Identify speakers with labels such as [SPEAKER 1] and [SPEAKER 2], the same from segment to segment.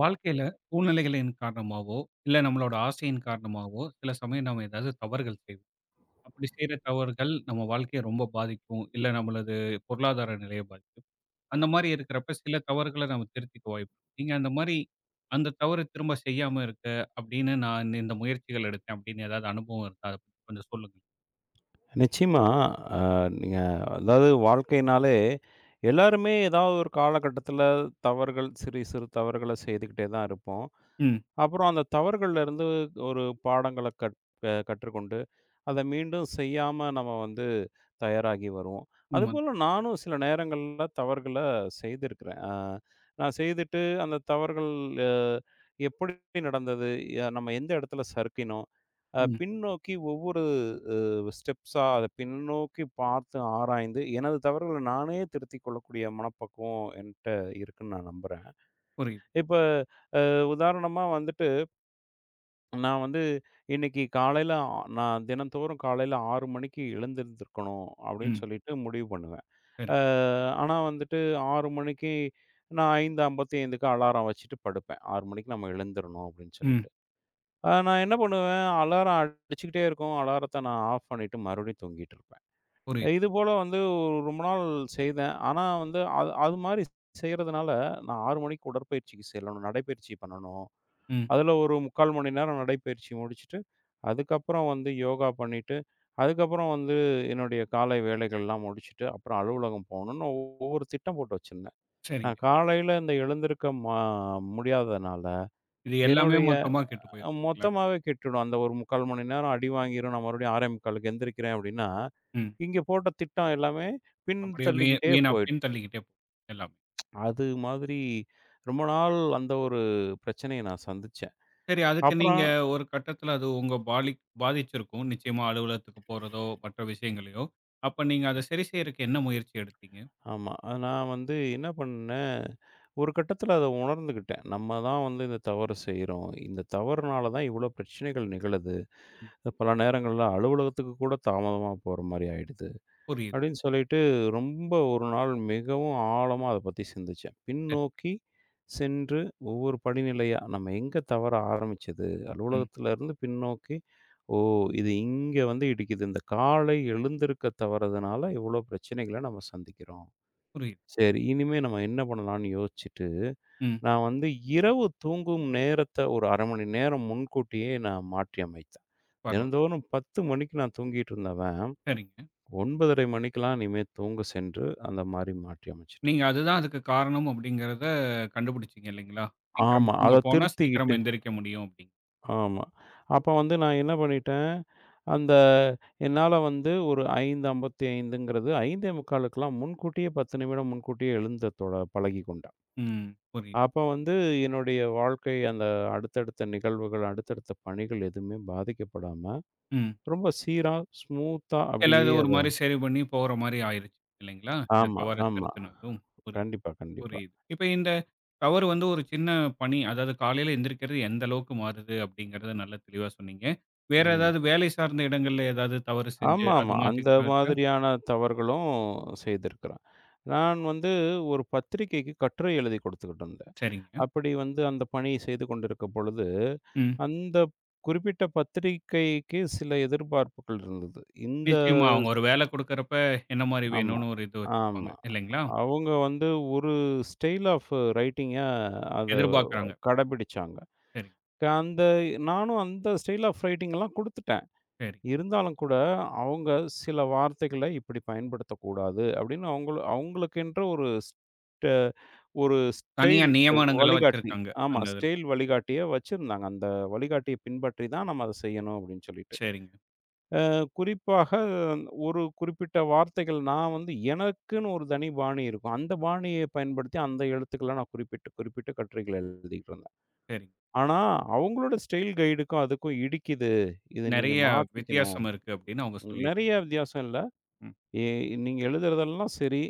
[SPEAKER 1] வாழ்க்கையில சூழ்நிலைகளின் காரணமாவோ, இல்ல நம்மளோட ஆசையின் காரணமாவோ, சில சமயம் நம்ம ஏதாவது தவறுகள் செய்வோம். அப்படி செய்ற தவறுகள் நம்ம வாழ்க்கைய ரொம்ப பாதிக்கும். இல்ல நம்மளது பொருளாதார நிலைய பாதிக்கும். அந்த மாரி இருக்கிறப்ப சில தவறுகள நம்ம திருத்திக்க வாய்ப்பு இருக்கு. நீங்க அந்த மாரி அந்த தவறு திரும்ப செய்யாம இருக்க அப்படின்னு நான் இந்த இந்த முயற்சிகள் எடுத்தேன் அப்படின்னு ஏதாவது அனுபவம் இருக்கா? அத பத்தி கொஞ்சம் சொல்லுங்க.
[SPEAKER 2] நிச்சயமா. அ நீங்க வாழ்க்கைனாலே எல்லாருமே ஏதாவது ஒரு காலகட்டத்தில தவறுகள் சிறு, சிறு தவறுகள செய்துக்கிட்டே தான் இருப்போம்.
[SPEAKER 1] ம்.
[SPEAKER 2] அப்புறம் அந்த தவறுகள்ல இருந்து ஒரு பாடங்கள கற் அ கற்றுக்கொண்டு, அத மீண்டும் செய்யாம நம்ம வந்து தயாராகி வருவோம்.
[SPEAKER 1] உண்மதான்.
[SPEAKER 2] அதுபோல நானும் சில நேரங்கள்ல தவறுகள செய்திருக்கிறேன். நான் செய்துட்டு அந்த தவறுகள் அ எப்படி நடந்தது? நம்ம எந்த இடத்துல சறுக்கினோம்?
[SPEAKER 1] ம்.
[SPEAKER 2] பின்னோக்கி ஒவ்வொரு அ ஸ்டெப்ஸா அத பின்னோக்கி பார்த்து ஆராய்ந்து, எனது தவறுகள நானே திருத்திக் கொள்ளக்கூடிய மனப்பக்குவம் என்ட்ட இருக்குன்னு நான் நம்புறேன்.
[SPEAKER 1] புரியுது.
[SPEAKER 2] இப்ப உதாரணமா வந்துட்டு நான் வந்து இன்னைக்கு காலையில நான் தினந்தோறும் காலையில 6 மணிக்கு எழுந்திருந்திருக்கணும் அப்படின்னு
[SPEAKER 1] ம்.
[SPEAKER 2] சொல்லிட்டு முடிவு பண்ணுவேன்.
[SPEAKER 1] சரி.
[SPEAKER 2] அ ஆனா வந்துட்டு 6 மணிக்கு நான் 5:55க்கு அலாரம் வச்சுட்டு படுப்பேன். 6 மணிக்கு நம்ம எழுந்திரணும் அப்படின்னு
[SPEAKER 1] ம்.
[SPEAKER 2] சொல்லிட்டு. நான் என்ன பண்ணுவேன், அலாரம் அடிச்சுக்கிட்டே இருக்கும். அலாரத்த நான் ஆஃப் பண்ணிட்டு மறுபடியும் தூங்கிட்டு இருப்பேன்.
[SPEAKER 1] புரியுது.
[SPEAKER 2] இதுபோல வந்து ரொம்ப நாள் செய்தேன். ஆனா வந்து அது அது மாரி செய்றதுனால நான் 6 மணிக்கு உடற்பயிற்சிக்கு செல்லணும், நடைப்பயிற்சி பண்ணணும்.
[SPEAKER 1] ம்.
[SPEAKER 2] அதில ஒரு 3/4 மணி நேரம் நடைப்பயிற்சி முடிச்சுட்டு, அதுக்கப்புறம் வந்து யோகா பண்ணிட்டு, அதுக்கப்புறம் வந்து என்னுடைய காலை வேலைகள்லாம் முடிச்சுட்டு, அப்புறம் அலுவலகம் போகணும்னு ஒவ்வொரு திட்டம் போட்டு வச்சிருந்தேன்.
[SPEAKER 1] சரிங்க.
[SPEAKER 2] நான் காலையில இந்த எழுந்திருக்க முடியாததுனால,
[SPEAKER 1] இது எல்லாமே
[SPEAKER 2] என்னுடைய
[SPEAKER 1] மொத்தமா கெட்டு போயிருங்களா?
[SPEAKER 2] மொத்தமாவே கெட்டுடும். அந்த ஒரு 3/4 மணி நேரம் அடி வாங்கிரும். நான் மறுபடியும் 6:45க்கு எந்திரிக்கிறேன் அப்படின்னா,
[SPEAKER 1] ம்.
[SPEAKER 2] இங்க போட்ட திட்டம் எல்லாமே பின்
[SPEAKER 1] அப்படியே
[SPEAKER 2] தள்ளிக்கிட்டே
[SPEAKER 1] வீணா
[SPEAKER 2] போயிடும்.
[SPEAKER 1] பின் தள்ளிக்கிட்டே போகும் எல்லாமே.
[SPEAKER 2] அது மாதிரி ரொம்ப நாள் அந்த ஒரு பிரச்சனைய நான் சந்திச்சேன்.
[SPEAKER 1] சரி அதுக்கு நீங்க
[SPEAKER 2] அப்புறம்
[SPEAKER 1] ஒரு கட்டத்தில அது உங்க பாலி பாதிச்சிருக்கும். நிச்சயமா அலுவலகத்துக்கு போறதோ, மற்ற விஷயங்களையோ. அப்ப நீங்க அத சரி செய்றக்கு என்ன முயற்சி எடுத்தீங்க?
[SPEAKER 2] ஆமா. அது நான் வந்து என்ன பண்ணேன், ஒரு கட்டத்தில அத உணர்ந்துக்கிட்டேன். நம்ம தான் வந்து இந்த தவறு செய்றோம். இந்த தவறுனால தான் இவ்ளோ பிரச்சனைகள் நிகழுது.
[SPEAKER 1] ம்.
[SPEAKER 2] பல நேரங்கள்ல அலுவலகத்துக்கு கூட தாமதமா போற மாரி ஆயிடுது.
[SPEAKER 1] புரியுது.
[SPEAKER 2] அப்படின்னு சொல்லிட்டு ரொம்ப ஒரு நாள் மிகவும் ஆழமா அத பத்தி சிந்திச்சேன்.
[SPEAKER 1] சரி.
[SPEAKER 2] பின்னோக்கி சென்று ஒவ்வொரு படிநிலையா, நம்ம எங்க தவற ஆரம்பிச்சது?
[SPEAKER 1] ம்.
[SPEAKER 2] அலுவலகத்திலருந்து பின்னோக்கி, ஓ! இது இங்க வந்து இடிக்குது. இந்த காலை எழுந்திருக்க தவறுதனால இவ்ளோ பிரச்சனைகள நம்ம சந்திக்கிறோம்.
[SPEAKER 1] புரியுது.
[SPEAKER 2] சரி. இனிமே நம்ம என்ன பண்ணலாம்ன்னு யோசிச்சுட்டு,
[SPEAKER 1] ம்.
[SPEAKER 2] நான் வந்து இரவு தூங்கும் நேரத்த ஒரு 1/2 மணி நேரம் முன்கூட்டியே நான் மாற்றி அமைத்தேன்.
[SPEAKER 1] பரவால்ல.
[SPEAKER 2] தினந்தோறும் 10 மணிக்கு நான் தூங்கிட்டு இருந்தவன்,
[SPEAKER 1] சரிங்க.
[SPEAKER 2] 9:30 மணிக்கெல்லாம் இனிமே தூங்க சென்று அந்த மாரி மாற்றி அமைச்சுட்டேன்.
[SPEAKER 1] நீங்க அதுதான் அதுக்கு காரணம் அப்படிங்கிறத கண்டுபிடிச்சீங்க இல்லைங்களா? சீக்கிரம்
[SPEAKER 2] ஆமா.
[SPEAKER 1] தூங்க
[SPEAKER 2] அத
[SPEAKER 1] போனா சீக்கிரம்
[SPEAKER 2] திருத்திக்கிட்டு
[SPEAKER 1] எந்திரிக்க முடியும் அப்படின்னு.
[SPEAKER 2] ஆமா. அப்ப வந்து நான் என்ன பண்ணிட்டேன், அந்த என்னால வந்து ஒரு 5:55ங்கிறது 5:45க்கெல்லாம் முன்கூட்டியே 10 நிமிடம் முன்கூட்டியே எழுந்த தொட பழகிக்கொண்டேன்.
[SPEAKER 1] ம். புரியுது.
[SPEAKER 2] அப்ப வந்து என்னுடைய வாழ்க்கை அந்த அடுத்தடுத்த நிகழ்வுகள், அடுத்தடுத்த பணிகள் எதுவுமே பாதிக்கப்படாம,
[SPEAKER 1] ம்.
[SPEAKER 2] ரொம்ப சீரா, ஸ்மூத்தா அப்படியே
[SPEAKER 1] எல்லாரும் ஒரு
[SPEAKER 2] அத
[SPEAKER 1] மாரி சரி பண்ணி போற மாரி ஆயிருச்சு இல்லைங்களா? இந்த
[SPEAKER 2] ஆமா,
[SPEAKER 1] தவற
[SPEAKER 2] ஆமா.
[SPEAKER 1] திருத்தணும் எதுவும். புரியுது.
[SPEAKER 2] கண்டிப்பா, கண்டிப்பா.
[SPEAKER 1] புரியுது. இப்ப இந்த தவறு வந்து ஒரு சின்ன பணி, அதாவது காலையில எந்திரிக்கிறது எந்த அளவுக்கு மாறுது அப்படிங்கிறத நல்லா தெளிவா சொன்னீங்க. வேற
[SPEAKER 2] ம்.
[SPEAKER 1] ஏதாவது வேலை சார்ந்த இடங்கள்ல ஏதாவது தவறு செஞ்சு அது
[SPEAKER 2] ஆமாமா. அந்த
[SPEAKER 1] மாத்திக்கிட்டு இருக்கா?
[SPEAKER 2] மாதிரியான தவறுகளும் செய்திருக்கிறேன். நான் வந்து ஒரு பத்திரிக்கைக்கு கட்டுரை எழுதி கொடுத்துக்கிட்டு இருந்தேன்.
[SPEAKER 1] சரிங்க.
[SPEAKER 2] அப்படி வந்து அந்த பணியை செய்து கொண்டிருக்கும் பொழுது,
[SPEAKER 1] ம்.
[SPEAKER 2] அந்த குறிப்பிட்ட பத்திரிக்கைக்கு சில எதிர்பார்ப்புகள் இருந்தது. இந்த
[SPEAKER 1] நிச்சயமா அவங்க ஒரு வேலை குடுக்குறப்ப என்ன மாரி
[SPEAKER 2] ஆமா,
[SPEAKER 1] வேணும்னு ஒரு இது வச்சிருப்பாங்க
[SPEAKER 2] ஆமா.
[SPEAKER 1] இல்லைங்களா?
[SPEAKER 2] அவங்க வந்து ஒரு ஸ்டைல் ஆஃப் ரைட்டிங்க அத
[SPEAKER 1] எதிர்பார்க்குறாங்க.
[SPEAKER 2] கடைபிடிச்சாங்க.
[SPEAKER 1] சரி,
[SPEAKER 2] அந்த நானும் அந்த ஸ்டைல் ஆஃப் ரைட்டிங்லாம் குடுத்துட்டேன்.
[SPEAKER 1] சரி.
[SPEAKER 2] இருந்தாலும் கூட, அவங்க சில வார்த்தைகள இப்படி பயன்படுத்தக்கூடாது அப்படின்னு அவங்களுக்கென்ற ஒரு ஒரு
[SPEAKER 1] தனியா
[SPEAKER 2] ஸ்டைல்
[SPEAKER 1] நியமனங்கள
[SPEAKER 2] வழிகாட்டி
[SPEAKER 1] வச்சிருக்காங்க
[SPEAKER 2] ஆமா.
[SPEAKER 1] அந்த இதுல.
[SPEAKER 2] ஸ்டைல் வழிகாட்டிய வச்சிருந்தாங்க. அந்த வழிகாட்டிய பின்பற்றி தான் நம்ம அத செய்யணும் அப்படின்னு சொல்லிட்டு.
[SPEAKER 1] சரிங்க,
[SPEAKER 2] குறிப்பாக ஒரு குறிப்பிட்ட வார்த்தைகள் நான் வந்து எனக்குன்னு ஒரு தனி பாணி இருக்கும். அந்த பாணியை பயன்படுத்தி அந்த எழுத்துக்கள நான் குறிப்பிட்டு, குறிப்பிட்டு கட்டுரைகள் எழுதிக்கிட்டு இருந்தேன்.
[SPEAKER 1] சரிங்க.
[SPEAKER 2] ஆனா, அவங்களோட ஸ்டைல் கைடுக்கும் அதுக்கும் இடிக்குது. இத நீங்க
[SPEAKER 1] நெறைய
[SPEAKER 2] மாத்திக்கணும்.
[SPEAKER 1] வித்தியாசம் இருக்கு அப்படின்னு அவங்க சொல்லியிரு
[SPEAKER 2] நெறைய வித்தியாசம் இல்ல.
[SPEAKER 1] ம்.
[SPEAKER 2] எ நீங்க எழுதுறதெல்லாம் சரி.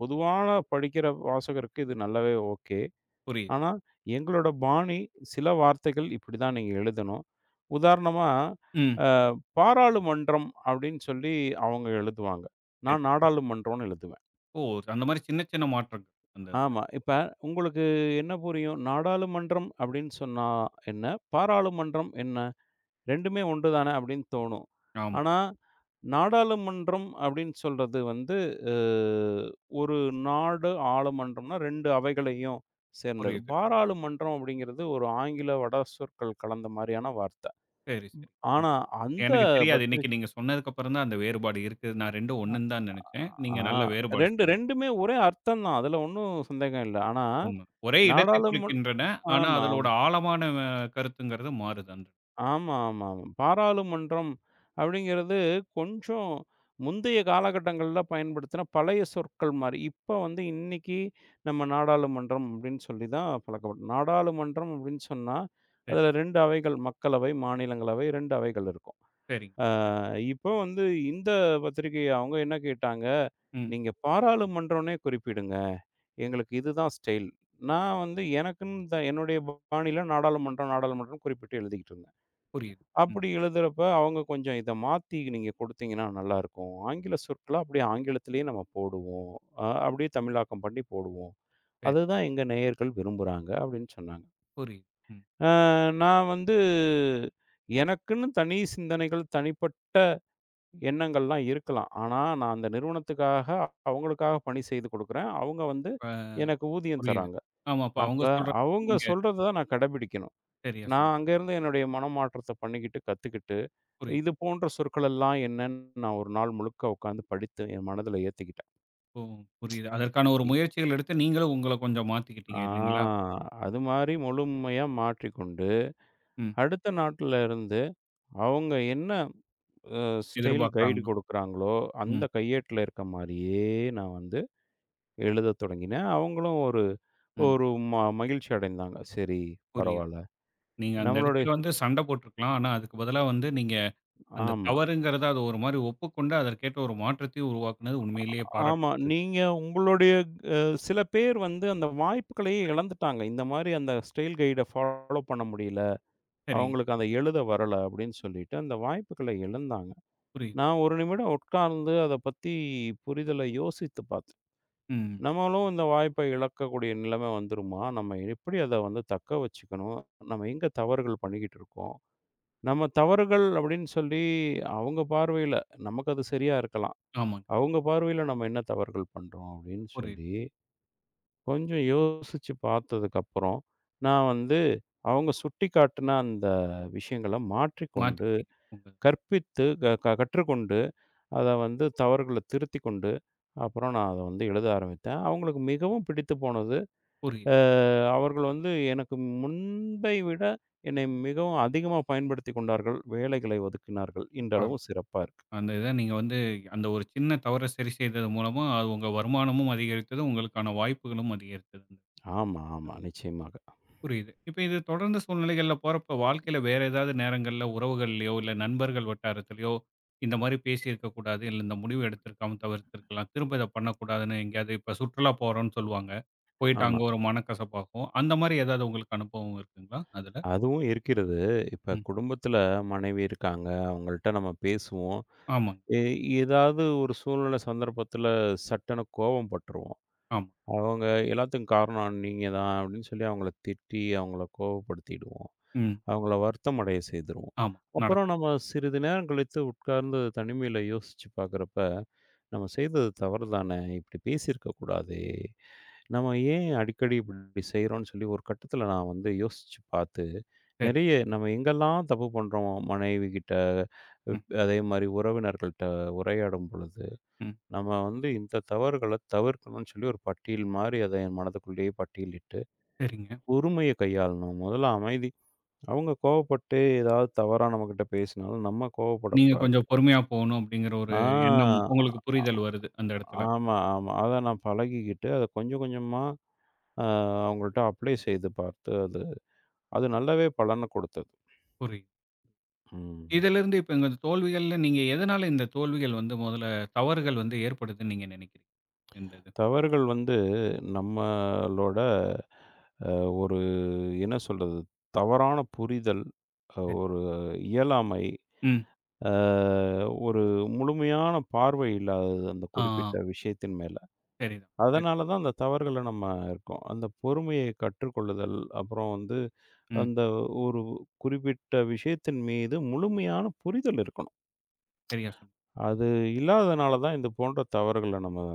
[SPEAKER 2] பொதுவான படிக்கிற வாசகருக்கு இது நல்லாவே ஓகே.
[SPEAKER 1] புரியுது.
[SPEAKER 2] ஆனா, எங்களோட பாணி சில வார்த்தைகள் இப்படிதான் நீங்க எழுதணும். உதாரணமா,
[SPEAKER 1] ம்.
[SPEAKER 2] அ பாராளுமன்றம் அப்படின்னு சொல்லி அவங்க எழுதுவாங்க.
[SPEAKER 1] சரி.
[SPEAKER 2] நான் நாடாளுமன்றம்னு எழுதுவேன்.
[SPEAKER 1] ஓ! அந்த மாரி சின்ன சின்ன மாற்றங்கள் அந்த இதுல.
[SPEAKER 2] ஆமா. இப்ப உங்களுக்கு என்ன புரியும்? நாடாளுமன்றம் அப்படின்னு சொன்னா என்ன? பாராளுமன்றம் என்ன? ரெண்டுமே ஒன்று தானே அப்படின்னு தோணும்.
[SPEAKER 1] ஆமா.
[SPEAKER 2] ஆனா, நாடாளுமன்றம் அப்படின்னு சொல்றது வந்து, அ ஒரு நாடு ஆளுமன்றம்னா 2 அவைகளையும் சேர்ந்தது.
[SPEAKER 1] புரியுது.
[SPEAKER 2] பாராளுமன்றம் அப்படிங்கிறது ஒரு ஆங்கில வட சொற்கள் கலந்த மாரியான வார்த்தை.
[SPEAKER 1] சரி, சரி. ம்.
[SPEAKER 2] ஆனா, அந்த
[SPEAKER 1] எனக்கு தெரியாது. இன்னைக்கு
[SPEAKER 2] பத்திரிகை
[SPEAKER 1] நீங்க சொன்னதுக்கு அப்புறம் தான் அந்த வேறுபாடு இருக்கு. நான் 2ம் ஒண்ணுன்னு தான் நெனச்சேன்.
[SPEAKER 2] ஆ
[SPEAKER 1] நீங்க நல்ல
[SPEAKER 2] 2
[SPEAKER 1] வேறுபாடு சொன்னீங்க.
[SPEAKER 2] 2மே ஒரே அர்த்தம் தான். அதுல ஒண்ணும் சந்தேகம் இல்ல. ஆனா,
[SPEAKER 1] உண்ம. ஒரே இடத்தை
[SPEAKER 2] நாடாளுமன்
[SPEAKER 1] குறிக்கின்றன. ஆனா
[SPEAKER 2] ஆமா.
[SPEAKER 1] அதலோட ஆழமான அ கருத்துங்கிறது மாறுது அந்த
[SPEAKER 2] ஆமா, ஆமா, ஆமா. பாராளுமன்றம் அப்படிங்கிறது கொஞ்சம் முந்தைய காலகட்டங்கள்ல பயன்படுத்தின பழைய சொற்கள் மாரி. இப்ப வந்து இன்னைக்கு நம்ம நாடாளுமன்றம் அப்படின்னு சொல்லி தான் பழக்கப்படும். நாடாளுமன்றம் அப்படின்னு சொன்னா,
[SPEAKER 1] சரி,
[SPEAKER 2] அதுல 2 அவைகள் மக்களவை, மாநிலங்களவை 2 அவைகள் இருக்கும்.
[SPEAKER 1] சரிங்க.
[SPEAKER 2] அ
[SPEAKER 1] சரி.
[SPEAKER 2] இப்போ வந்து இந்த பத்திரிகை அவங்க என்ன கேட்டாங்க,
[SPEAKER 1] ம்.
[SPEAKER 2] "நீங்க பாராளுமன்றம்னே குறிப்பிடுங்க. எங்களுக்கு இதுதான் ஸ்டைல்." நான் வந்து எனக்குன்னு என்னுடைய பாணியில நாடாளுமன்றம், நாடாளுமன்றம்னு குறிப்பிட்டு எழுதிக்கிட்டு இருந்தேன்.
[SPEAKER 1] புரியுது. ம்.
[SPEAKER 2] அப்படி எழுதுறப்ப அவங்க கொஞ்சம் இத மாத்தி நீங்க குடுத்தீங்கன்னா நல்லாருக்கும். ஆங்கில சொற்கள அப்படியே ஆங்கிலத்திலேயே நம்ம போடுவோம். அப்படியே தமிழாக்கம் பண்ணி போடுவோம்.
[SPEAKER 1] சரி.
[SPEAKER 2] அதுதான் எங்க நேயர்கள் விரும்புறாங்க அப்படின்னு சொன்னாங்க.
[SPEAKER 1] புரியுது. ம்.
[SPEAKER 2] அ நான் வந்து எனக்குன்னு தனி சிந்தனைகள், தனிப்பட்ட எண்ணங்கள்லாம் இருக்கலாம். ஆனா, நான் அந்த நிறுவனத்துக்காக அவங்களுக்காக பணி செய்து குடுக்குறேன். அவங்க வந்து
[SPEAKER 1] அ
[SPEAKER 2] எனக்கு ஊதியம்
[SPEAKER 1] புரியுது.
[SPEAKER 2] தராங்க.
[SPEAKER 1] ஆமா. அப்ப
[SPEAKER 2] அப்ப
[SPEAKER 1] அவங்க சொல்ற
[SPEAKER 2] அவங்க
[SPEAKER 1] நீங்க
[SPEAKER 2] சொல்றத தான் நான் கடைபிடிக்கணும்.
[SPEAKER 1] சரியா
[SPEAKER 2] நான்
[SPEAKER 1] சொன்னீங்க.
[SPEAKER 2] அங்க இருந்து என்னுடைய மனமாற்றத்த பண்ணிக்கிட்டு, கத்துக்கிட்டு
[SPEAKER 1] புரியுது.
[SPEAKER 2] இது போன்ற சொற்களெல்லாம் என்னன்னு நான் ஒரு நாள் முழுக்க உட்காந்து படித்து என் மனதில ஏத்திக்கிட்டேன்.
[SPEAKER 1] ஓ! புரியுது. அதற்கான ஒரு
[SPEAKER 2] இ
[SPEAKER 1] முயற்சிகள் எடுத்து நீங்களும் உங்கள கொஞ்சம் மாத்திக்கிட்டீங்க
[SPEAKER 2] ஆ
[SPEAKER 1] இல்லைங்களா?
[SPEAKER 2] அது மாரி முழுமையா மாற்றிக்கொண்டு,
[SPEAKER 1] ம்.
[SPEAKER 2] அடுத்த நாட்ல இருந்து அவங்க என்ன ஸ்டைல் கைடு
[SPEAKER 1] எதிர்பார்க்குறாங்களோ!
[SPEAKER 2] கொடுக்குறாங்களோ, அந்த
[SPEAKER 1] ம்.
[SPEAKER 2] கையேட்ல இருக்க மாரியே நான் வந்து எழுதத் தொடங்கினேன். அவங்களும் ஒரு
[SPEAKER 1] ம்.
[SPEAKER 2] ஒரு ம மகிழ்ச்சி அடைந்தாங்க. சரி
[SPEAKER 1] புரியுது.
[SPEAKER 2] பரவால்ல.
[SPEAKER 1] நீங்க அந்த
[SPEAKER 2] நம்மளுடைய
[SPEAKER 1] இடத்துல வந்து சண்டை போட்டுருக்கலாம். ஆனா அதுக்கு பதிலா வந்து நீங்க அந்த
[SPEAKER 2] ஆமா,
[SPEAKER 1] தவறுங்கிறத அது ஒரு மாரி ஒப்புக்கொண்டு, அதற்கேற்ற ஒரு மாற்றத்தையும் உருவாக்குனது உண்மையிலேயே
[SPEAKER 2] ஆமா.
[SPEAKER 1] பாராட்டக்கூடியது.
[SPEAKER 2] நீங்க உங்களுடைய அ சில பேர் வந்து அந்த வாய்ப்புகளையே இழந்துட்டாங்க. இந்த மாரி அந்த ஸ்டைல் கைட ஃபாலோ பண்ண முடியல.
[SPEAKER 1] சரி,
[SPEAKER 2] அவங்களுக்கு அந்த எழுத வரல அப்படின்னு சொல்லிட்டு அந்த வாய்ப்புகளை இழந்தாங்க.
[SPEAKER 1] புரியுது.
[SPEAKER 2] நான் 1 நிமிடம் உட்கார்ந்து அத பத்தி புரிதல யோசித்து பார்த்தேன்.
[SPEAKER 1] ம்.
[SPEAKER 2] நம்மளும் இந்த வாய்ப்பை இழக்கக்கூடிய நிலைமை வந்துருமா? நம்ம எப்படி அத வந்து தக்க வச்சுக்கணும்? நம்ம எங்க தவறுகள் பண்ணிக்கிட்டு இருக்கோம்? நம்ம தவறுகள் அப்படின்னு சொல்லி அவங்க பார்வையில நமக்கு அது சரியா இருக்கலாம்.
[SPEAKER 1] ஆமாங்க.
[SPEAKER 2] அவங்க பார்வையில நம்ம என்ன தவறுகள் பண்றோம்? அப்படின்னு
[SPEAKER 1] புரியுது.
[SPEAKER 2] சொல்லி கொஞ்சம் யோசிச்சு பார்த்ததுக்கப்புறம், நான் வந்து அவங்க சுட்டிக்காட்டுன அந்த விஷயங்கள மாற்றிக்கொண்டு
[SPEAKER 1] மாத்திக்கிட்டீங்க உங்க
[SPEAKER 2] கற்பித்து க க கற்றுக்கொண்டு, அத வந்து தவறுகள திருத்திக் கொண்டு, அப்புறம் நான் அத வந்து எழுத ஆரம்பித்தேன். அவங்களுக்கு மிகவும் பிடித்து போனது.
[SPEAKER 1] புரியுது.
[SPEAKER 2] அ அவர்கள் வந்து எனக்கு முன்பை விட என்னை மிகவும் அதிகமா பயன்படுத்திக் கொண்டார்கள். வேலைகளை ஒதுக்கினார்கள்.
[SPEAKER 1] பாரு
[SPEAKER 2] இன்றளவும் சிறப்பா இருக்கு.
[SPEAKER 1] அந்த இத நீங்க வந்து அந்த ஒரு சின்ன தவற சரி செய்தது மூலமா, அது உங்க வருமானமும் அதிகரித்தது, உங்களுக்கான வாய்ப்புகளும் அதிகரித்தது.
[SPEAKER 2] ஆமா, ஆமா. நிச்சயமாக.
[SPEAKER 1] புரியுது. இப்ப இது தொடர்ந்த சூழ்நிலைகள்ல போறப்ப, வாழ்க்கையில வேற ஏதாவது நேரங்கள்ல உறவுகள்லயோ, இல்ல நண்பர்கள் வட்டாரத்திலயோ, இந்த மாரி பேசியிருக்க கூடாது, இல்ல இந்த முடிவு எடுத்திருக்காம தவிர்த்திருக்கலாம், திரும்ப இத பண்ணக்கூடாதுன்னு எங்கேயாவது இப்ப சுற்றுலா போறோம்ன்னு சொல்லுவாங்க. போயிட்டு அங்க
[SPEAKER 2] ஆமா.
[SPEAKER 1] ஒரு மனக்கசப்பாகும். அந்த மாரி ஏதாவது உங்களுக்கு அனுபவம் இருக்குங்களா அதுல?
[SPEAKER 2] அதுவும் இருக்கிறது. இப்ப
[SPEAKER 1] ம்.
[SPEAKER 2] குடும்பத்தில மனைவி இருக்காங்க. அவங்கள்ட்ட நம்ம பேசுவோம்.
[SPEAKER 1] ஆமாங்க.
[SPEAKER 2] எ ஏதாவது ஒரு சூழ்நிலை சந்தர்ப்பத்தில சட்டுன்னு கோவம் பட்டுருவோம்.
[SPEAKER 1] ஆமா.
[SPEAKER 2] அவங்க எல்லாத்துக்கும் காரணம் நீங்க தான் அப்படின்னு சொல்லி அவங்கள திட்டி, அவங்கள கோவப்படுத்திடுவோம்.
[SPEAKER 1] ம்.
[SPEAKER 2] அவங்கள வருத்தம் அடைய செய்துருவோம்.
[SPEAKER 1] ஆமா.
[SPEAKER 2] அப்புறம்
[SPEAKER 1] நடக்கும்.
[SPEAKER 2] நம்ம சிறிது நேரம் கழித்து உட்கார்ந்து தனிமையில யோசிச்சு பார்க்குறப்ப, நம்ம செய்தது தவறு தானே! இப்படி பேசியிருக்க கூடாதே! நம்ம ஏன் அடிக்கடி இப்படி செய்றோம்ன்னு சொல்லி ஒரு கட்டத்தில நான் வந்து யோசிச்சு பார்த்து,
[SPEAKER 1] சரி.
[SPEAKER 2] நெறைய நம்ம எங்கெல்லாம் தப்பு பண்றோம் மனைவிகிட்ட,
[SPEAKER 1] ம்.
[SPEAKER 2] அதேமாரி உறவினர்கள்ட்ட உரையாடும் பொழுது
[SPEAKER 1] ம்.
[SPEAKER 2] நம்ம வந்து இந்த தவறுகள தவிர்க்கணும்னு சொல்லி ஒரு பட்டியல் மாரி அத என் மனதுக்குள்ளேயே பட்டியலிட்டு,
[SPEAKER 1] சரிங்க.
[SPEAKER 2] பொறுமைய கையாளணும். முதல்ல அமைதி. அவங்க கோவப்பட்டு ஏதாவது தவறா நம்மகிட்ட பேசினாலும் நம்ம
[SPEAKER 1] நீங்க
[SPEAKER 2] கோவப்படக்கூடாது.
[SPEAKER 1] கொஞ்சம் பொறுமையா போகணும் அப்படிங்கிற ஒரு எண்ணம்
[SPEAKER 2] ஆ.
[SPEAKER 1] உங்களுக்கு புரிதல் வருது அந்த இடத்துல.
[SPEAKER 2] ஆமா, ஆமா. அத நான் பழகிக்கிட்டு அத கொஞ்சம் கொஞ்சமா அ அவங்கள்ட்ட அப்ளை செய்து பார்த்து அது அது நல்லாவே பலன கொடுத்தது.
[SPEAKER 1] புரியுது.
[SPEAKER 2] ம்.
[SPEAKER 1] இதிலிருந்து இப்ப இந்த தோல்விகள்ல நீங்க எதனால இந்த தோல்விகள் வந்து முதல்ல தவறுகள் வந்து ஏற்படுதுன்னு நீங்க நினைக்கிறீங்க? இந்த இது.
[SPEAKER 2] தவறுகள் வந்து நம்மளோட அ ஒரு என்ன சொல்றது? தவறான புரிதல்,
[SPEAKER 1] சரி.
[SPEAKER 2] ஒரு இயலாமை
[SPEAKER 1] ம்.
[SPEAKER 2] அ ஒரு முழுமையான பார்வை இல்லாதது அந்த
[SPEAKER 1] ஆ
[SPEAKER 2] குறிப்பிட்ட விஷயத்தின் மேல.
[SPEAKER 1] சரிதான். சரி.
[SPEAKER 2] அதனால தான் அந்த தவறுகள்ல நம்ம இருக்கோம். அந்த பொறுமையை கற்றுக்கொள்ளுதல், அப்புறம் வந்து
[SPEAKER 1] ம்.
[SPEAKER 2] அந்த ஒரு குறிப்பிட்ட விஷயத்தின் மீது முழுமையான புரிதல் இருக்கணும்.
[SPEAKER 1] சரியா சொன்னீங்க.
[SPEAKER 2] அது இல்லாதனால தான் இது போன்ற தவறுகள நம்ம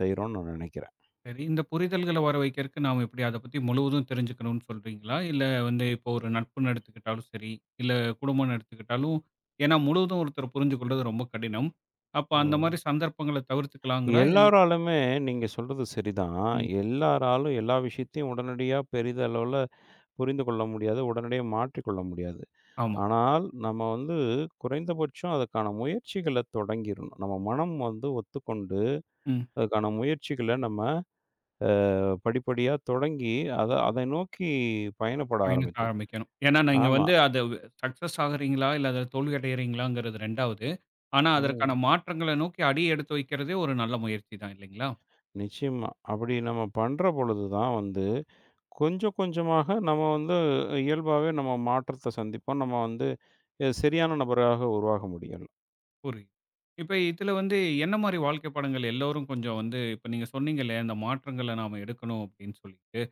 [SPEAKER 2] செய்றோம்னு நான் நினைக்கிறேன்.
[SPEAKER 1] சரி. இந்த புரிதல்கள வர வைக்கிறக்கு நாம எப்படி அத பத்தி முழுவதும் தெரிஞ்சுக்கணும்னு சொல்றீங்களா? இல்ல வந்து இப்போ ஒரு நட்புன்னு எடுத்துக்கிட்டாலும் சரி, இல்ல குடும்பம்ன்னு எடுத்துக்கிட்டாலும் ஏன்னா முழுவதும் ஒருத்தர புரிஞ்சு கொள்றது ரொம்ப கடினம். அப்ப அந்த மாரி
[SPEAKER 2] ம்.
[SPEAKER 1] சந்தர்ப்பங்கள தவிர்த்துக்கலாங்களா? இல்ல
[SPEAKER 2] எல்லாராலுமே நீங்க சொல்றது சரிதான்.
[SPEAKER 1] ம்.
[SPEAKER 2] எல்லாராலும் எல்லா விஷயத்தையும் உடனடியா பெரிதளவுல புரிந்து கொள்ள முடியாது. உடனடியா மாற்றிக்கொள்ள முடியாது.
[SPEAKER 1] ஆமா.
[SPEAKER 2] ஆனால், நம்ம வந்து குறைந்தபட்சம் அதற்கான முயற்சிகள தொடங்கிரணும். நம்ம மனம் வந்து ஒத்துக்கொண்டு,
[SPEAKER 1] ம்.
[SPEAKER 2] அதுக்கான முயற்சிகள நம்ம படிப்படியா தொடங்கி, அதை நோக்கி பயணப்பட
[SPEAKER 1] பயணத்த
[SPEAKER 2] ஆரம்பிக்கணும்.
[SPEAKER 1] ஆரம்பிக்கணும். ஏன்னா நீங்க
[SPEAKER 2] ஆமா.
[SPEAKER 1] வந்து அது சக்சஸ் ஆகுறீங்களா? இல்ல அதுல தோல்வி அடையறீங்களாங்கிறது 2வது. ஆனா அதற்கான
[SPEAKER 2] ம்.
[SPEAKER 1] மாற்றங்கள நோக்கி அடி எடுத்து வைக்கிறதே ஒரு நல்ல முயற்சி தான் இல்லைங்களா?
[SPEAKER 2] நிச்சயமா. அப்படி நம்ம பண்ற பொழுது தான் வந்து, கொஞ்சம் கொஞ்சமாக நம்ம வந்து இயல்பாவே நம்ம மாற்றத்த சந்திப்போம். நம்ம வந்து சரியான நபராக உருவாக முடியும்.
[SPEAKER 1] புரியுது. இப்ப இதுல வந்து என்ன மாரி வாழ்க்கை பாடங்கள் எல்லோரும் கொஞ்சம் வந்து இப்ப நீங்க சொன்னீங்க இல்லையா? இந்த மாற்றங்கள நாம எடுக்கணும் அப்படின்னு சொல்லிட்டு.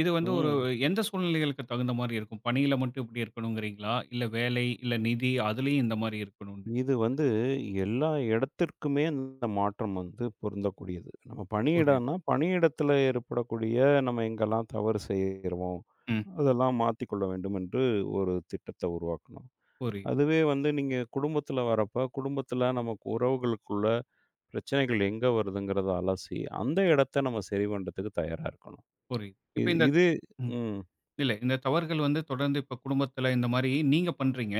[SPEAKER 1] இது வந்து ஒரு
[SPEAKER 2] ம்.
[SPEAKER 1] எந்த சூழ்நிலைகளுக்கு தகுந்த மாரி இருக்கும்? பணியில மட்டும் இப்படி இருக்கணுங்கிறீங்களா? இல்ல வேலை, இல்ல நிதி அதுலயும் இந்த மாரி இருக்கணும்னு?
[SPEAKER 2] இது வந்து எல்லா இடத்திற்குமே இந்த மாற்றம் வந்து பொருந்தக்கூடியது. நம்ம
[SPEAKER 1] புரியுது.
[SPEAKER 2] பணியிடம்னா, பணியிடத்தில ஏற்படக்கூடிய நம்ம எங்கெல்லாம் தவறு செய்கிறோமோ,
[SPEAKER 1] ம்.
[SPEAKER 2] அதெல்லாம் மாத்திக்கொள்ள வேண்டும் என்று ஒரு திட்டத்த உருவாக்கணும்.
[SPEAKER 1] புரியுது,
[SPEAKER 2] அதுவே வந்து நீங்க குடும்பத்தில வரப்ப, குடும்பத்தில நமக்கு உறவுகளுக்குள்ள பிரச்சனைகள் எங்க வருதுங்கிறத அலசி, அந்த இடத்த நம்ம சரி பண்றதுக்கு தயாரா இருக்கணும்.
[SPEAKER 1] புரியுது. இப்ப
[SPEAKER 2] இது
[SPEAKER 1] இந்த
[SPEAKER 2] இது
[SPEAKER 1] ம்.
[SPEAKER 2] ம்,
[SPEAKER 1] இல்ல. இந்த தவறுகள் வந்து தொடர்ந்து இப்ப குடும்பத்தில இந்த மாரி நீங்க பண்றீங்க.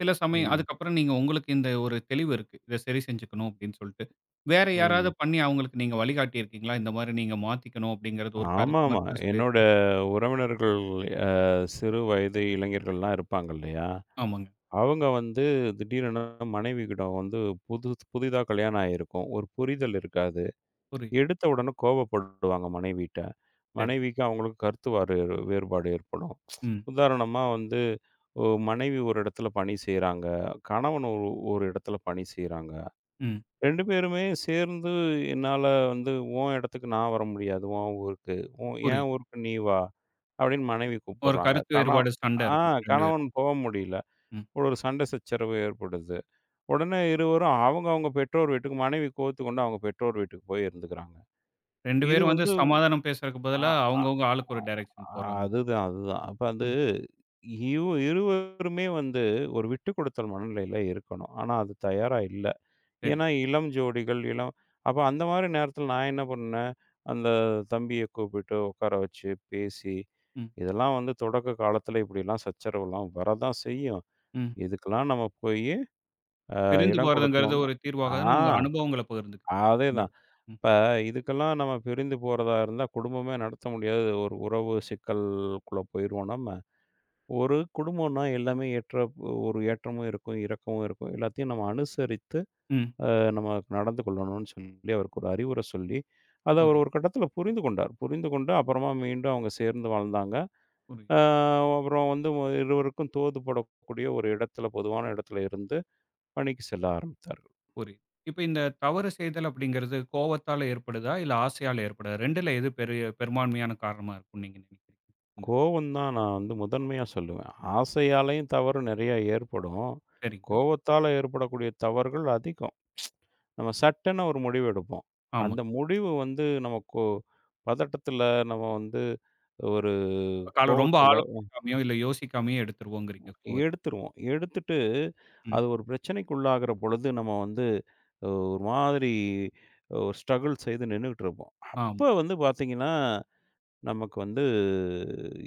[SPEAKER 1] சில சமயம்
[SPEAKER 2] ம்,
[SPEAKER 1] அதுக்கப்புறம் நீங்க உங்களுக்கு இந்த ஒரு தெளிவு இருக்கு. இத சரி செஞ்சுக்கணும் அப்படின்னு சொல்ட்டு. வேற யாராவது
[SPEAKER 2] ம்.
[SPEAKER 1] பண்ணி அவங்களுக்கு நீங்க வழிகாட்டி இருக்கீங்களா? இந்த மாரி நீங்க மாத்திக்கணும் அப்படிங்கிறது ஒரு கருத்து
[SPEAKER 2] ஆமாமா.
[SPEAKER 1] மட்டும்
[SPEAKER 2] என்னோட
[SPEAKER 1] சொல்லியிருக்கீங்க.
[SPEAKER 2] உறவினர்கள் அ சிறு வயது இளைஞர்கள்லாம் இருப்பாங்க இல்லையா?
[SPEAKER 1] ஆமாங்க.
[SPEAKER 2] அவங்க வந்து திடீரென மனைவியிடம் வந்து புது புதிதா கல்யாணம் ஆயிருக்கும். ஒரு புரிதல் இருக்காது.
[SPEAKER 1] புரியுது.
[SPEAKER 2] எடுத்த உடனே கோபப்படுவாங்க மனைவிட்ட.
[SPEAKER 1] சரிங்க.
[SPEAKER 2] மனைவிக்கும் அவங்களுக்கும் கருத்து வேறுபாடு ஏற்படும்.
[SPEAKER 1] ம்,
[SPEAKER 2] உதாரணமா வந்து மனைவி ஒரு இடத்துல பணி செய்றாங்க. கணவன் ஒரு ஒரு இடத்துல பணி செய்றாங்க.
[SPEAKER 1] ம்.
[SPEAKER 2] 2 பேருமே சேர்ந்து என்னால வந்து உன் இடத்துக்கு நான் வர முடியாது. உன் ஊருக்கு. என்
[SPEAKER 1] புரியுது.
[SPEAKER 2] ஊருக்கு நீ வா. அப்படின்னு மனைவி
[SPEAKER 1] ஒரு
[SPEAKER 2] கூப்பிடுறாங்க.
[SPEAKER 1] கருத்து வேறுபாடு சண்டை
[SPEAKER 2] ஆ
[SPEAKER 1] இருக்கும் 2 பேரும்.
[SPEAKER 2] கணவன் போ முடியல.
[SPEAKER 1] ம்.
[SPEAKER 2] ஒரு சண்டை சச்சரவு ஏற்படுது. உடனே இருவரும் அவங்க அவங்க பெற்றோர் வீட்டுக்கு மனைவி கோவித்துக்கொண்டு அவங்க பெற்றோர் வீட்டுக்கு போய் இருந்துக்கிறாங்க.
[SPEAKER 1] 2
[SPEAKER 2] இது
[SPEAKER 1] பேரும் வந்து
[SPEAKER 2] வந்து
[SPEAKER 1] சமாதானம் பேசுறதுக்கு
[SPEAKER 2] அ
[SPEAKER 1] பதிலா
[SPEAKER 2] அ
[SPEAKER 1] அவங்கவங்க ஆளுக்கு ஒரு டைரக்ஷன்
[SPEAKER 2] அ
[SPEAKER 1] போறாங்க.
[SPEAKER 2] அதுதான் அதுதான். அப்ப அது
[SPEAKER 1] ம்.
[SPEAKER 2] இவ் இருவருமே வந்து ஒரு விட்டுக் கொடுத்தல் மனநிலையில இருக்கணும். ஆனா அது தயாரா இல்ல.
[SPEAKER 1] சரி.
[SPEAKER 2] ஏன்னா, இளம் ஜோடிகள், இளம் அப்ப அந்த மாரி நேரத்தில நான் என்ன பண்ணேன், அந்த தம்பிய கூப்பிட்டு உட்கார வச்சு, பேசி,
[SPEAKER 1] ம்,
[SPEAKER 2] இதெல்லாம் வந்து தொடக்க காலத்தில இப்படிலாம் சச்சரவுலாம் வரதான் செய்யும்.
[SPEAKER 1] ம்.
[SPEAKER 2] இதுக்கெல்லாம் நம்ம போயி
[SPEAKER 1] பிரிந்து
[SPEAKER 2] இடம்
[SPEAKER 1] போறதுங்கிறது
[SPEAKER 2] குடுத்தோம்னா
[SPEAKER 1] ஒரு
[SPEAKER 2] ஆ
[SPEAKER 1] தீர்வாகாதுன்னு உங்க அனுபவங்கள பகிர்ந்துக்கிறீங்க. இந்த
[SPEAKER 2] அதேதான்.
[SPEAKER 1] இடத்துல. ம்,
[SPEAKER 2] இப்ப இதுக்கெல்லாம் நம்ம பிரிந்து போறதா இருந்தா, குடும்பமே நடத்த முடியாது. ஒரு உறவு சிக்கலுக்குள்ள போயிருவோம் நம்ம. ஒரு குடும்பம்னா எல்லாமே ஏற்ற ஒரு ஏற்றமும் இருக்கும், இறக்கமும் இருக்கும். எல்லாத்தையும் நம்ம அனுசரித்து
[SPEAKER 1] ம்.
[SPEAKER 2] அ நம்ம நடந்து கொள்ளணும்னு சொல்லி அவருக்கு ஒரு அறிவுரை சொல்லி, அத அவர்
[SPEAKER 1] புரியுது,
[SPEAKER 2] ஒரு கட்டத்தில புரிந்து கொண்டார். புரிந்து கொண்டு அப்புறமா மீண்டும் அவங்க சேர்ந்து வாழ்ந்தாங்க.
[SPEAKER 1] புரியுது.
[SPEAKER 2] அ அப்புறம் வந்து இருவருக்கும் தோதுபடக்கூடிய ஒரு இடத்துல பொதுவான இடத்துல இருந்து பணிக்கு செல்ல ஆரம்பித்தார்கள்.
[SPEAKER 1] புரியுது. இப்ப இந்த தவறு செய்தல் அப்படிங்கிறது கோவத்தால ஏற்படுதா? இல்ல ஆசையால ஏற்படுதா? 2ல எது பெரிய பெரும்பான்மையான காரணமா இருக்கும்னு நீங்க நினைக்கிறீங்க? இந்த
[SPEAKER 2] கோவம் தான் நான் வந்து முதன்மையா சொல்லுவேன். ஆசையாலயும் தவறு நிறையா ஏற்படும்.
[SPEAKER 1] சரிங்க.
[SPEAKER 2] கோவத்தால ஏற்படக்கூடிய தவறுகள் அதிகம். நம்ம சட்டுன்னு ஒரு முடிவு எடுப்போம். அந்த
[SPEAKER 1] ஆமாங்க.
[SPEAKER 2] முடிவு வந்து நமக்கு பதட்டத்தில நம்ம வந்து ஒரு
[SPEAKER 1] கால ரொம்ப
[SPEAKER 2] கோவத்தில
[SPEAKER 1] ஆலோசிக்காமயோ, இல்ல யோசிக்காமயோ எடுத்துருவோங்கிறீங்க கோவத்த.
[SPEAKER 2] எடுத்துருவோம். எடுத்துட்டு,
[SPEAKER 1] ம்.
[SPEAKER 2] அது ஒரு பிரச்சனைக்குள்ளாகிற பொழுது, நம்ம வந்து ஒரு மாதிரி ஒரு ஸ்ட்ரகிள் செய்து நின்னுகிட்டு இருப்போம். அப்ப
[SPEAKER 1] ஆமா.
[SPEAKER 2] வந்து பார்த்தீங்கன்னா, நமக்கு வந்து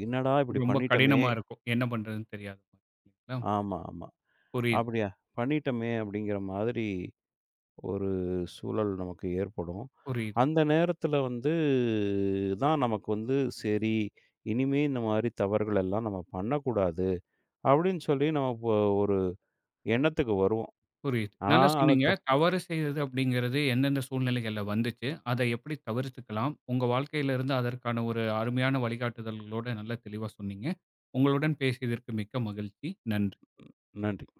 [SPEAKER 2] "என்னடா இப்படி
[SPEAKER 1] ரொம்ப
[SPEAKER 2] பண்ணிட்டோமே"
[SPEAKER 1] கடினமா இருக்கும். என்ன பண்றதுன்னு தெரியாத மாரி. இல்லைங்களா?
[SPEAKER 2] ஆமா, ஆமா.
[SPEAKER 1] புரியுது,
[SPEAKER 2] "அப்படியா பண்ணிட்டோமே" அப்படிங்கிற மாதிரி ஒரு சூழல் நமக்கு ஏற்படும்.
[SPEAKER 1] புரியுது.
[SPEAKER 2] அந்த நேரத்துல வந்து தான் நமக்கு வந்து, "சரி, இனிமே இந்த மாரி தவறுகள் எல்லாம் நம்ம பண்ணக்கூடாது" அப்படின்னு சொல்லி நம்ம இப்போ ஒரு எண்ணத்துக்கு வருவோம்.
[SPEAKER 1] புரியுது.
[SPEAKER 2] ஆனா,
[SPEAKER 1] நல்லா
[SPEAKER 2] அந்த
[SPEAKER 1] சொன்னீங்க.
[SPEAKER 2] த
[SPEAKER 1] தவறு செய்தது அப்படிங்கிறது எந்தெந்த சூழ்நிலைகள்ல வந்துச்சு? அத எப்படி தவிர்த்துக்கலாம்? உங்க வாழ்க்கையிலிருந்து அதற்கான ஒரு அருமையான வழிகாட்டுதல்களோட நல்லா தெளிவா சொன்னீங்க. உங்களுடன் பேசியதற்கு மிக்க மகிழ்ச்சி. நன்றி.
[SPEAKER 2] நன்றி.